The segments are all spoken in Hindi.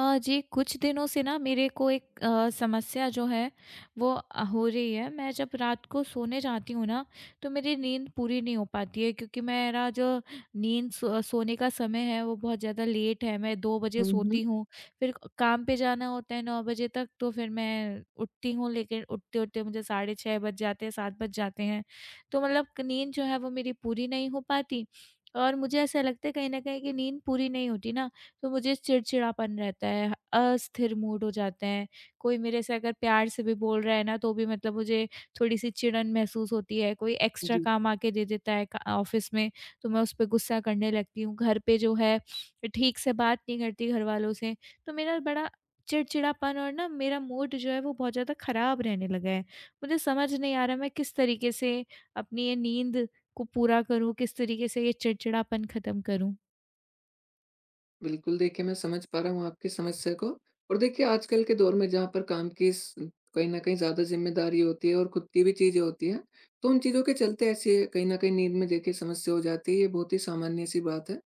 जी, कुछ दिनों से ना मेरे को एक समस्या जो है वो हो रही है। मैं जब रात को सोने जाती हूँ ना, तो मेरी नींद पूरी नहीं हो पाती है, क्योंकि मेरा जो नींद सोने का समय है वो बहुत ज़्यादा लेट है। मैं 2 बजे हुँ, हुँ। सोती हूँ, फिर काम पे जाना होता है 9 बजे तक, तो फिर मैं उठती हूँ, लेकिन उठते-उठते मुझे साढ़े 6 बज जाते हैं, 7 बज जाते हैं। तो मतलब क नींद जो है वो मेरी पूरी नहीं हो पाती, और मुझे ऐसा लगता है कहीं न कहीं कि नींद पूरी नहीं होती ना, तो मुझे चिड़चिड़ापन रहता है, अस्थिर मूड हो जाते हैं। कोई मेरे से अगर प्यार से भी बोल रहा है ना, तो भी मतलब मुझे थोड़ी-सी चिड़न महसूस होती है। कोई एक्स्ट्रा जी, काम आके दे देता है क ऑफ़िस में, तो मैं उस पे गुस्सा करने लगती हूँ। घर पे जो है, ठीक से बात नहीं करती घरवालों से, तो मेरा बड़ा चिड़चिड़ापन, और ना मेरा मूड जो है, वो बहुत ज़्यादा ख़राब रहने लगा है। मुझे समझ नहीं आ रहा मैं किस तरीके से अपनी ये नींद को पूरा करूँ, किस तरीके से ये चिड़चिड़ापन ख़त्म करूँ? बिल्कुल देखिए मैं समझ पा रहा हूँ आपकी समस्या को। और देखिए आजकल के दौर में जहाँ पर काम की स कहीं न कहीं ज़्यादा ज़िम्मेदारी होती है और खुद की भी चीज़ें होती हैं, तो उन चीज़ों के चलते ऐसे कहीं न कहीं नींद में देखिए समस्या हो जाती है, ये बहुत ही सामान्य-सी बात है।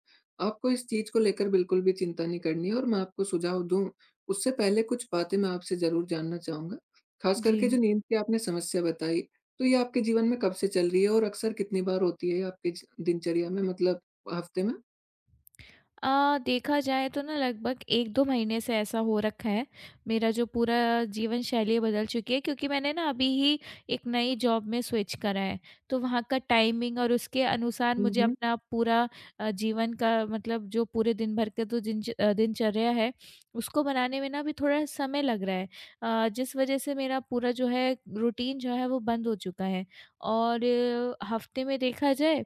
आपको इस चीज़ को लेकर बिल्कुल भी चिंता नहीं करनी है और मैं आपको सुझाव दूँ, उससे पहले कुछ बातें मैं आपसे ज़रूर जानना चाहूँगा। ख़ास जी। करके जो नींद की आपने समस्या बताई, तो ये आपके जीवन में कब से चल रही है और अक्सर कितनी बार होती है ये आपके ज दिनचर्या में, मतलब हफ़्ते देखा जाए तो ना लगभग 1-2 महीने से ऐसा हो रखा है। मेरा जो पूरा जीवन शैली बदल चुकी है, क्योंकि मैंने ना अभी ही एक नई जॉब में स्विच करा है। तो वहाँ का टाइमिंग और उसके अनुसार मुझे में? अपना पूरा जीवन का मतलब जो पूरे दिन भर के, तो दिनचर्या है, उसको बनाने में ना अभी थोड़ा समय लग रहा है। जिस वज़ह से मेरा पूरा जो है रूटीन जो है वो बंद हो चुका है, और हफ़्ते में देखा जाए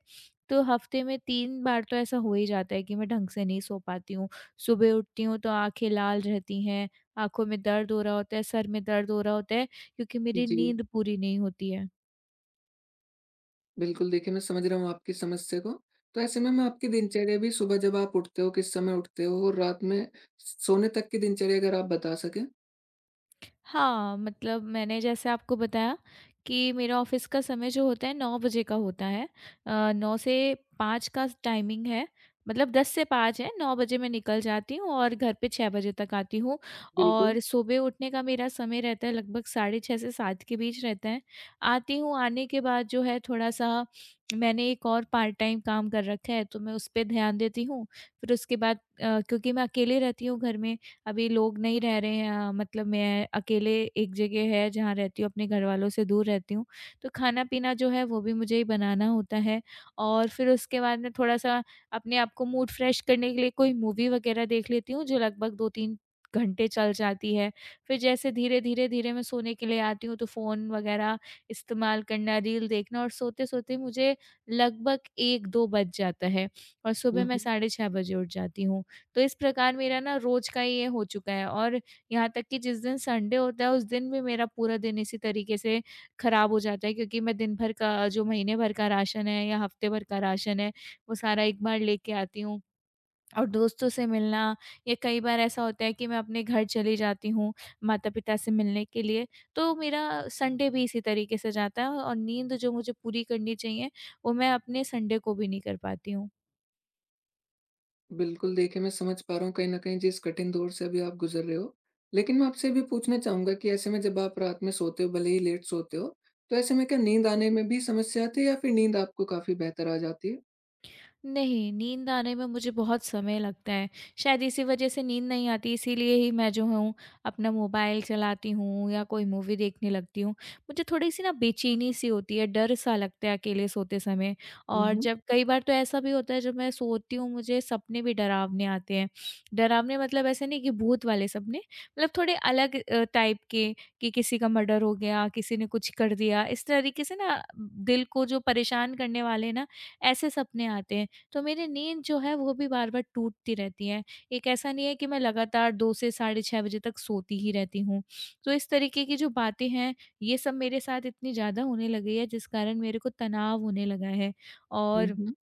तो हफ्ते में 3 बार तो ऐसा हो ही जाता है कि मैं ढंग से नहीं सो पाती हूँ। सुबह उठती हूँ तो आँखें लाल रहती हैं, आँखों में दर्द हो रहा होता है, सर में दर्द हो रहा होता है, क्योंकि मेरी जी, नींद पूरी नहीं होती है। बिल्कुल देखिए मैं समझ रहा हूँ आपकी समस्या को। तो ऐसे में मैं आपकी दिनचर्या भी, सुबह जब आप उठते हो, किस समय उठते हो और रात में सोने तक की दिनचर्या अगर आप बता सकें? हाँ, मतलब मैंने जैसे आपको बताया कि मेरा ऑफ़िस का समय जो होता है 9 बजे का होता है। 9 से 5 का टाइमिंग है, मतलब 10 से 5 है, 9 बजे मैं निकल जाती हूँ और घर पे 6 बजे तक आती हूँ, बिल्कुल। और सुबह उठने का मेरा समय रहता है लगभग साढ़े 6 से 7 के बीच रहता है। आती हूँ, आने के बाद जो है थोड़ा-सा, मैंने एक और पार्ट टाइम काम कर रखा है, तो मैं उस पे ध्यान देती हूँ। फिर उसके बाद क्योंकि मैं अकेले रहती हूँ घर में, अभी लोग नहीं रह रहे हैं, मतलब मैं अकेले एक जगह है जहाँ रहती हूँ, अपने घर वालों से दूर रहती हूँ। तो खाना-पीना जो है वो भी मुझे ही बनाना होता है, और फिर उसके बाद में थोड़ा-सा अपने आप को मूड फ्रेश करने के लिए कोई मूवी वगैरह देख लेती हूँ, जो लगभग 2-3 घंटे चल जाती है। फिर जैसे धीरे-धीरे, धीरे धीरे मैं सोने के लिए आती हूँ, तो फ़ोन वगैरह इस्तेमाल करना, रील देखना, और सोते-सोते मुझे लगभग 1-2 बज जाता है, और हुँ, सुबह मैं हुँ। साढ़े 6 बजे उठ जाती हूँ। तो इस प्रकार मेरा ना रोज़ का ये हो चुका है, और यहाँ तक कि जिस दिन संडे होता है उस दिन भी मेरा पूरा दिन इसी तरीके से ख़राब हो जाता है, क्योंकि मैं दिन भर का जो महीने भर का राशन है या हफ़्ते भर का राशन है वो सारा एक बार लेके आती हूँ। और दोस्तों से मिलना, या कई बार ऐसा होता है कि मैं अपने घर चली जाती हूँ माता-पिता से मिलने के लिए, तो मेरा संडे भी इसी तरीके से जाता है, और नींद जो मुझे पूरी करनी चाहिए, वो मैं अपने संडे को भी नहीं कर पाती हूँ। बिल्कुल देखिए मैं समझ पा रहा हूँ कहीं न कहीं जिस कठिन दौर से अभी आप गुज़र रहे हो। लेकिन मैं आपसे ये भी पूछना चाहूँगा कि ऐसे में जब आप रात में सोते हो, भले ही लेट सोते हो, तो ऐसे में क्या नींद आने में भी समस्या आती है या फिर नींद आपको काफ़ी बेहतर आ जाती है? नहीं, नींद आने में मुझे बहुत समय लगता है। शायद इसी वज़ह से नींद नहीं आती, इसीलिए ही मैं जो हूँ अपना मोबाइल चलाती हूँ या कोई मूवी देखने लगती हूँ। मुझे थोड़ी-सी ना बेचैनी-सी होती है, डर-सा लगता है अकेले सोते समय, हुँ, और हुँ। जब कई बार तो ऐसा भी होता है जब मैं सोती हूँ मुझे सपने भी डरावने आते हैं। डरावने मतलब ऐसे नहीं कि भूत वाले सपने, मतलब थोड़े अलग टाइप के, कि किसी का मर्डर हो गया, किसी ने कुछ कर दिया, इस तरीके से ना दिल को जो परेशान करने वाले ना ऐसे सपने आते हैं। तो मेरी नींद जो है वो भी बार-बार टूटती रहती है। एक ऐसा नहीं है कि मैं लगातार 2 से साढ़े 6 बजे तक सोती ही रहती हूँ। तो इस तरीके की जो बातें हैं, ये सब मेरे साथ इतनी ज़्यादा होने लगी है, जिस कारण मेरे को तनाव होने लगा है, हुँ, और हुँ।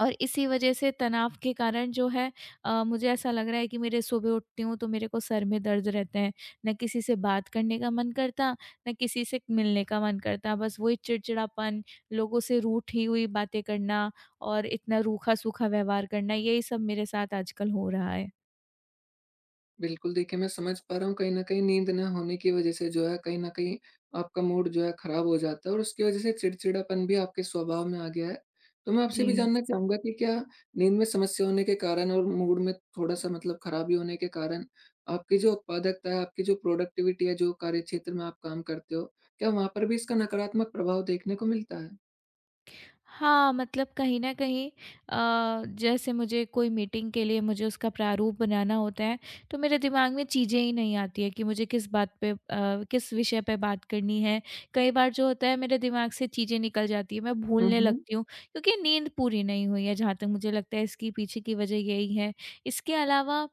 और इसी वजह से तनाव के कारण जो है मुझे ऐसा लग रहा है कि मेरे सुबह उठती हूँ तो मेरे को सर में दर्द रहते हैं। ना किसी से बात करने का मन करता, ना किसी से मिलने का मन करता। बस वही चिड़चिड़ापन, लोगों से रूठी हुई बातें करना, और इतना रूखा-सूखा व्यवहार करना, यही सब मेरे साथ आजकल हो रहा है। बिल्कुल, देखिए मैं समझ पा रहा हूँ कहीं न कहीं नींद ना होने की वज़ह से जो है कहीं न कहीं आपका मूड जो है ख़राब हो जाता है और उसकी वज़ह से चिड़चिड़ापन भी आपके स्वभाव में आ गया है। तो मैं आपसे भी जी। जानना चाहूँगा कि क्या नींद में समस्या होने के कारण और मूड में थोड़ा-सा मतलब ख़राबी होने के कारण, आपकी जो उत्पादकता है, आपकी जो प्रोडक्टिविटी है, जो कार्यक्षेत्र में आप काम करते हो, क्या वहाँ पर भी इसका नकारात्मक प्रभाव देखने को मिलता है? हाँ, मतलब कहीं न कहीं जैसे मुझे कोई मीटिंग के लिए मुझे उसका प्रारूप बनाना होता है, तो मेरे दिमाग में चीज़ें ही नहीं आती हैं कि मुझे किस विषय पे बात करनी है। कई बार जो होता है मेरे दिमाग से चीज़ें निकल जाती हैं, मैं हुँ, भूलने हुँ। लगती हूँ, क्योंकि नींद पूरी नहीं हुई है, जहाँ तक मुझे लगता है इसकी पीछे की वजह यही है। इसके अलावा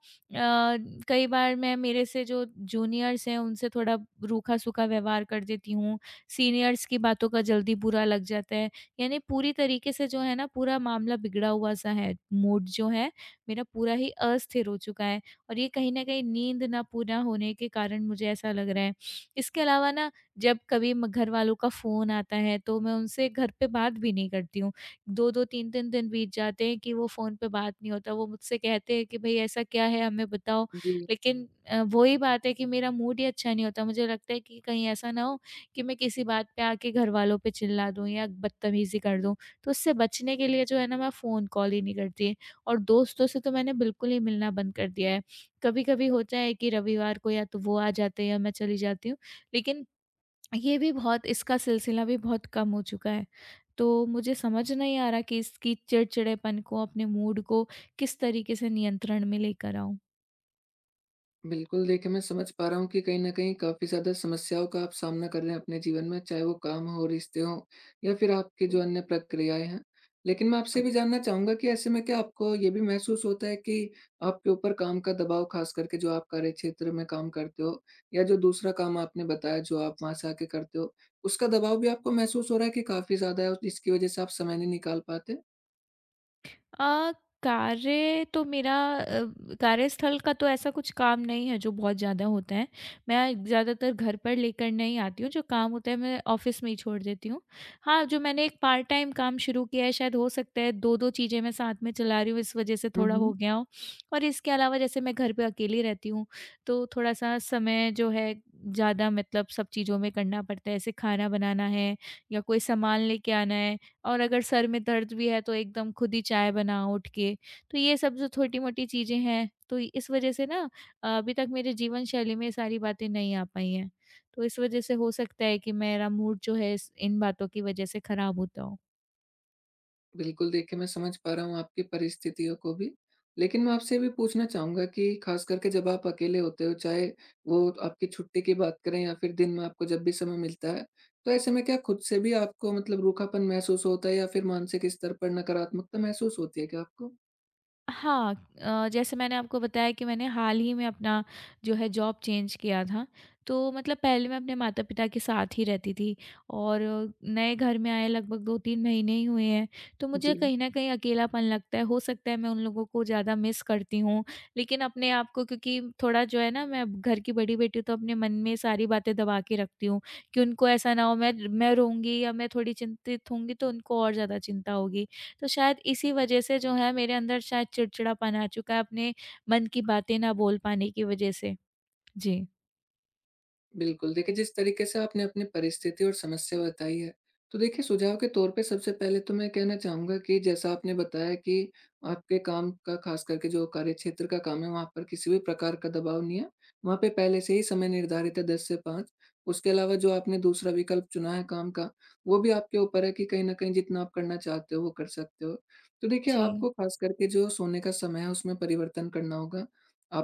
कई बार मैं मेरे से जो जूनियर्स हैं उनसे थोड़ा रूखा-सूखा व्यवहार कर देती हूँ, सीनियर्स की बातों का जल्दी बुरा लग जाता है। यानी पूरी तरीके से जो है ना पूरा मामला बिगड़ा हुआ-सा है। मूड जो है मेरा पूरा ही अस्थिर हो चुका है, और ये कहीं न कहीं नींद ना पूरा होने के कारण मुझे ऐसा लग रहा है। इसके अलावा ना जब कभी म घरवालों का फ़ोन आता है तो मैं उनसे घर पे बात भी नहीं करती हूँ। 2-2 3-3 दिन बीत जाते हैं कि वो फ़ोन पे बात नहीं होता। वो मुझसे कहते हैं कि भई ऐसा क्या है, हमें बताओ? जी। लेकिन वही बात है कि मेरा मूड ही अच्छा नहीं होता। मुझे लगता है कि कहीं ऐसा ना हो कि मैं किसी बात पे आके घरवालों पे चिल्ला दूँ या बदतमीज़ी कर दूँ। तो उससे बचने के लिए जो है ना मैं फ़ोन कॉल ही नहीं करती, और दोस्तों से तो मैंने बिल्कुल ही मिलना बंद कर दिया है। कभी-कभी होता है कि रविवार को या तो वो आ जाते हैं या मैं चली जाती हूँ। लेकिन ये भी बहुत इसका सिलसिला भी बहुत कम हो चुका है। तो मुझे समझ नहीं आ रहा कि इसकी चिड़चिड़ेपन को, अपने मूड को किस तरीके से नियंत्रण में लेकर आऊँ। बिल्कुल, देखिए मैं समझ पा रहा हूँ कि कहीं न कहीं काफ़ी ज़्यादा समस्याओं का आप सामना कर रहे हैं अपने जीवन में, चाहे वो काम हो, रिश्ते हों या फिर आपकी जो अन्य प्रक्रियाएँ हैं। लेकिन मैं आपसे, हाँ, भी जानना चाहूँगा कि ऐसे में क्या आपको ये भी महसूस होता है कि आपके ऊपर काम का दबाव, ख़ास करके जो आप कार्यक्षेत्र में काम करते हो या जो दूसरा काम आपने बताया जो आप वहाँ से आके करते हो, उसका दबाव भी आपको महसूस हो रहा है कि काफ़ी ज़्यादा है और इसकी वज़ह से आप समय नहीं निकाल पाते? अ, कार्य तो मेरा अ, कार्यस्थल का तो ऐसा कुछ काम नहीं है जो बहुत ज़्यादा होता है। मैं ज़्यादातर घर पर लेकर नहीं आती हूँ, जो काम होता है मैं ऑफ़िस में ही छोड़ देती हूँ। हाँ, जो मैंने एक पार्ट टाइम काम शुरू किया है, शायद हो सकता है 2-2 चीज़ें मैं साथ में चला रही हूँ, इस वज़ह से थोड़ा हो गया हो। और इसके अलावा जैसे मैं घर पे अकेली रहती हूँ, तो थोड़ा-सा समय जो है ज़्यादा मतलब सब चीज़ों में करना पड़ता है। जैसे खाना बनाना है, या कोई सामान लेके आना है, और अगर सर में दर्द भी है तो एकदम खुद ही चाय बनाओ उठ के। तो ये सब जो छोटी-मोटी चीज़ें हैं, तो इस वज़ह से ना अभी तक मेरे जीवन शैली में ये सारी बातें नहीं आ पाई हैं। तो इस वज़ह से हो सकता है कि मेरा मूड जो है इस इन बातों की वज़ह से ख़राब होता हो। बिल्कुल, देखिए मैं समझ पा रहा हूँ आपकी परिस्थितियों को भी। लेकिन मैं आपसे ये भी पूछना चाहूँगा कि ख़ास करके जब आप अकेले होते हो, चाहे वो आपकी छुट्टी की बात करें या फिर दिन में आपको जब भी समय मिलता है, तो ऐसे में क्या खुद से भी आपको मतलब रूखापन महसूस होता है या फिर मानसिक स्तर पर नकारात्मकता महसूस होती है क्या आपको? हाँ, जैसे मैंने आपको बताया कि मैंने हाल ही में अपना जो है जॉब चेंज किया था। तो मतलब पहले मैं अपने माता-पिता के साथ ही रहती थी, और नए घर में आए लगभग 2-3 महीने ही हुए हैं। तो मुझे जी। कहीं न कहीं अकेलापन लगता है। हो सकता है मैं उन लोगों को ज़्यादा मिस करती हूँ। लेकिन अपने आप को क्योंकि थोड़ा जो है ना मैं अब घर की बड़ी बेटी हूँ, तो अपने मन में सारी बातें दबा के रखती हूँ कि उनको ऐसा ना हो मैं रोऊँगी या मैं थोड़ी चिंतित होंगी तो उनको और ज़्यादा चिंता होगी। तो शायद इसी वजह से जो है मेरे अंदर शायद चिड़चिड़ापन आ चुका है, अपने मन की बातें ना बोल पाने की वजह से। जी। बिल्कुल, देखिए जिस तरीके से आपने अपनी परिस्थिति और समस्या बताई है, तो देखिए सुझाव के तौर पे सबसे पहले तो मैं कहना चाहूँगा कि जैसा आपने बताया कि आपके काम का, ख़ास करके जो कार्यक्षेत्र का काम है, वहाँ पर किसी भी प्रकार का दबाव नहीं है। वहाँ पे पहले से ही समय निर्धारित है, 10 से 5। उसके अलावा जो आपने दूसरा विकल्प चुना है काम का, वो भी आपके ऊपर है कि कहीं न कहीं जितना आप करना चाहते हो, वो कर सकते हो। तो देखिए जी। आपको ख़ास करके जो सोने का समय है, उसमें परिवर्तन करना होगा।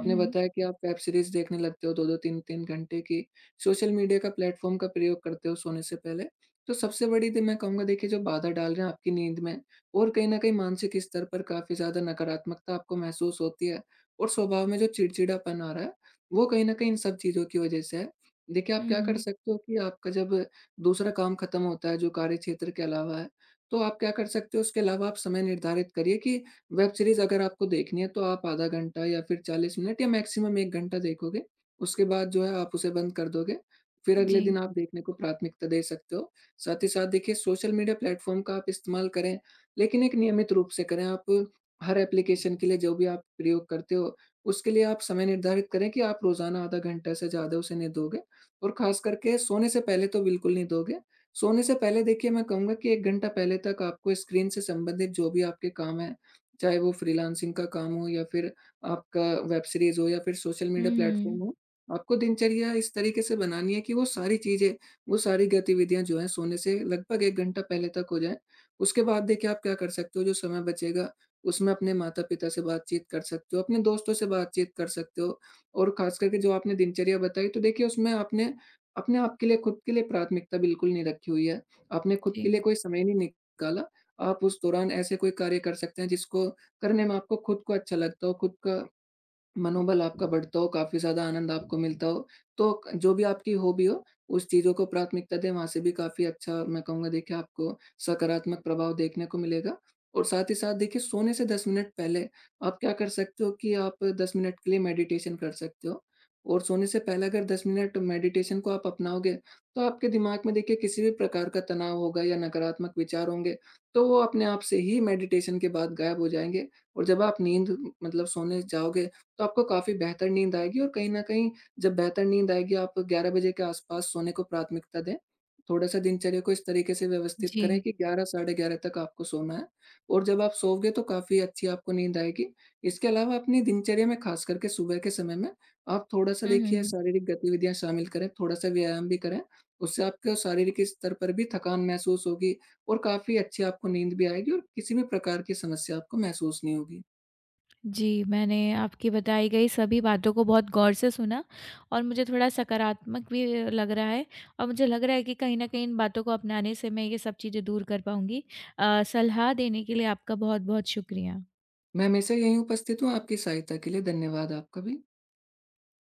हुँ, हुँ। बताया कि आप वेब सीरीज़ देखने लगते हो 2-2, 3-3 घंटे की। सोशल मीडिया का प्लेटफॉर्म का प्रयोग करते हो सोने से पहले, तो सबसे बड़ी दी मैं कहूँगा देखिए जो बाधा डाल रहे हैं आपकी नींद में, और कहीं न कहीं मानसिक स्तर पर काफ़ी ज़्यादा नकारात्मकता आपको महसूस होती है और स्वभाव में जो चिड़चिड़ापन आ रहा है, वो कहीं न कहीं इन सब चीज़ों की वजह से है। देखिए आप हुँ, क्या कर हुँ। सकते हो कि आपका जब दूसरा काम खत्म होता है जो कार्यक्षेत्र के अलावा है, तो आप क्या कर सकते हो, उसके अलावा आप समय निर्धारित करिए कि वेब सीरीज़ अगर आपको देखनी है तो आप आधा घंटा या फिर 40 मिनट या मैक्सिमम 1 घंटा देखोगे। उसके बाद जो है आप उसे बंद कर दोगे, फिर अगले जी। दिन आप हुँ। देखने को प्राथमिकता दे सकते हो। साथ ही साथ देखिए सोशल मीडिया प्लेटफ़ॉर्म का आप इस्तेमाल करें, लेकिन एक नियमित रूप से करें। आप हर एप्लीकेशन के लिए जो भी आप प्रयोग करते हो, उसके लिए आप समय निर्धारित करें कि आप रोज़ाना आधा घंटा से ज़्यादा उसे नहीं दोगे और ख़ास करके सोने से पहले तो बिल्कुल नहीं दोगे। सोने से पहले देखिए मैं कहूँगा कि 1 घंटा पहले तक आपको स्क्रीन से संबंधित जो भी आपके काम हैं, चाहे वो फ्रीलांसिंग का काम हो या फिर आपका वेब सीरीज़ हो या फिर सोशल हुँ, मीडिया प्लेटफ़ॉर्म हुँ। हो, आपको दिनचर्या इस तरीके से बनानी है कि वो सारी चीज़ें, वो सारी गतिविधियाँ जो हैं, सोने से लगभग 1 घंटा पहले तक हो जाएँ। उसके बाद देखिए आप क्या कर सकते हो, जो समय बचेगा, उसमें अपने माता-पिता से बातचीत कर सकते हो, अपने दोस्तों से बातचीत कर सकते हो। और ख़ास करके जो आपने दिनचर्या बताई तो देखिए उसमें आपने अपने आप के लिए, खुद के लिए प्राथमिकता बिल्कुल नहीं रखी हुई है। आपने खुद जी। के लिए कोई समय नहीं निकाला। आप उस दौरान ऐसे कोई कार्य कर सकते हैं जिसको करने में आपको खुद को अच्छा लगता हो, खुद का मनोबल आपका बढ़ता हो, काफ़ी ज़्यादा आनंद आपको मिलता हो। तो क जो भी आपकी हॉबी हो, उस चीज़ों को प्राथमिकता दें, वहाँ से भी काफ़ी अच्छा मैं कहूँगा देखिए आपको सकारात्मक प्रभाव देखने को मिलेगा। और साथ ही साथ देखिए सोने से 10 मिनट पहले आप क्या कर सकते हो कि आप 10 मिनट के लिए मेडिटेशन कर सकते हो। और सोने से पहले अगर 10 मिनट मेडिटेशन को आप अपनाओगे, तो आपके दिमाग में देखिए किसी भी प्रकार का तनाव होगा या नकारात्मक विचार होंगे, तो वो अपने आप से ही मेडिटेशन के बाद गायब हो जाएँगे। और जब आप नींद मतलब सोने जाओगे तो आपको काफ़ी बेहतर नींद आएगी और कहीं न कहीं जब बेहतर नींद आएगी, आप 11 बजे के आस-पास सोने को प्राथमिकता दें। थोड़ा-सा दिनचर्या को इस तरीके से व्यवस्थित जी। करें कि 11, साढ़े 11 तक आपको सोना है और जब आप सोओगे तो काफ़ी अच्छी आपको नींद आएगी। इसके अलावा अपनी दिनचर्या में ख़ास करके सुबह के समय में आप थोड़ा-सा हुँ, हुँ, देखिए हुँ। शारीरिक गतिविधियाँ शामिल करें, थोड़ा-सा व्यायाम भी करें। उससे आपके शारीरिक स्तर पर भी थकान महसूस होगी और काफ़ी अच्छी आपको नींद भी आएगी और किसी भी प्रकार की समस्या आपको महसूस नहीं होगी। जी, मैंने आपकी बताई गई सभी बातों को बहुत गौर से सुना, और मुझे थोड़ा सकारात्मक भी लग रहा है, और मुझे लग रहा है कि कहीं न कहीं इन बातों को अपनाने से मैं ये सब चीज़ें दूर कर पाऊँगी। सलाह देने के लिए आपका बहुत-बहुत शुक्रिया। मैं हमेशा यहीं उपस्थित हूँ, आपकी सहायता के लिए। धन्यवाद आपका भी।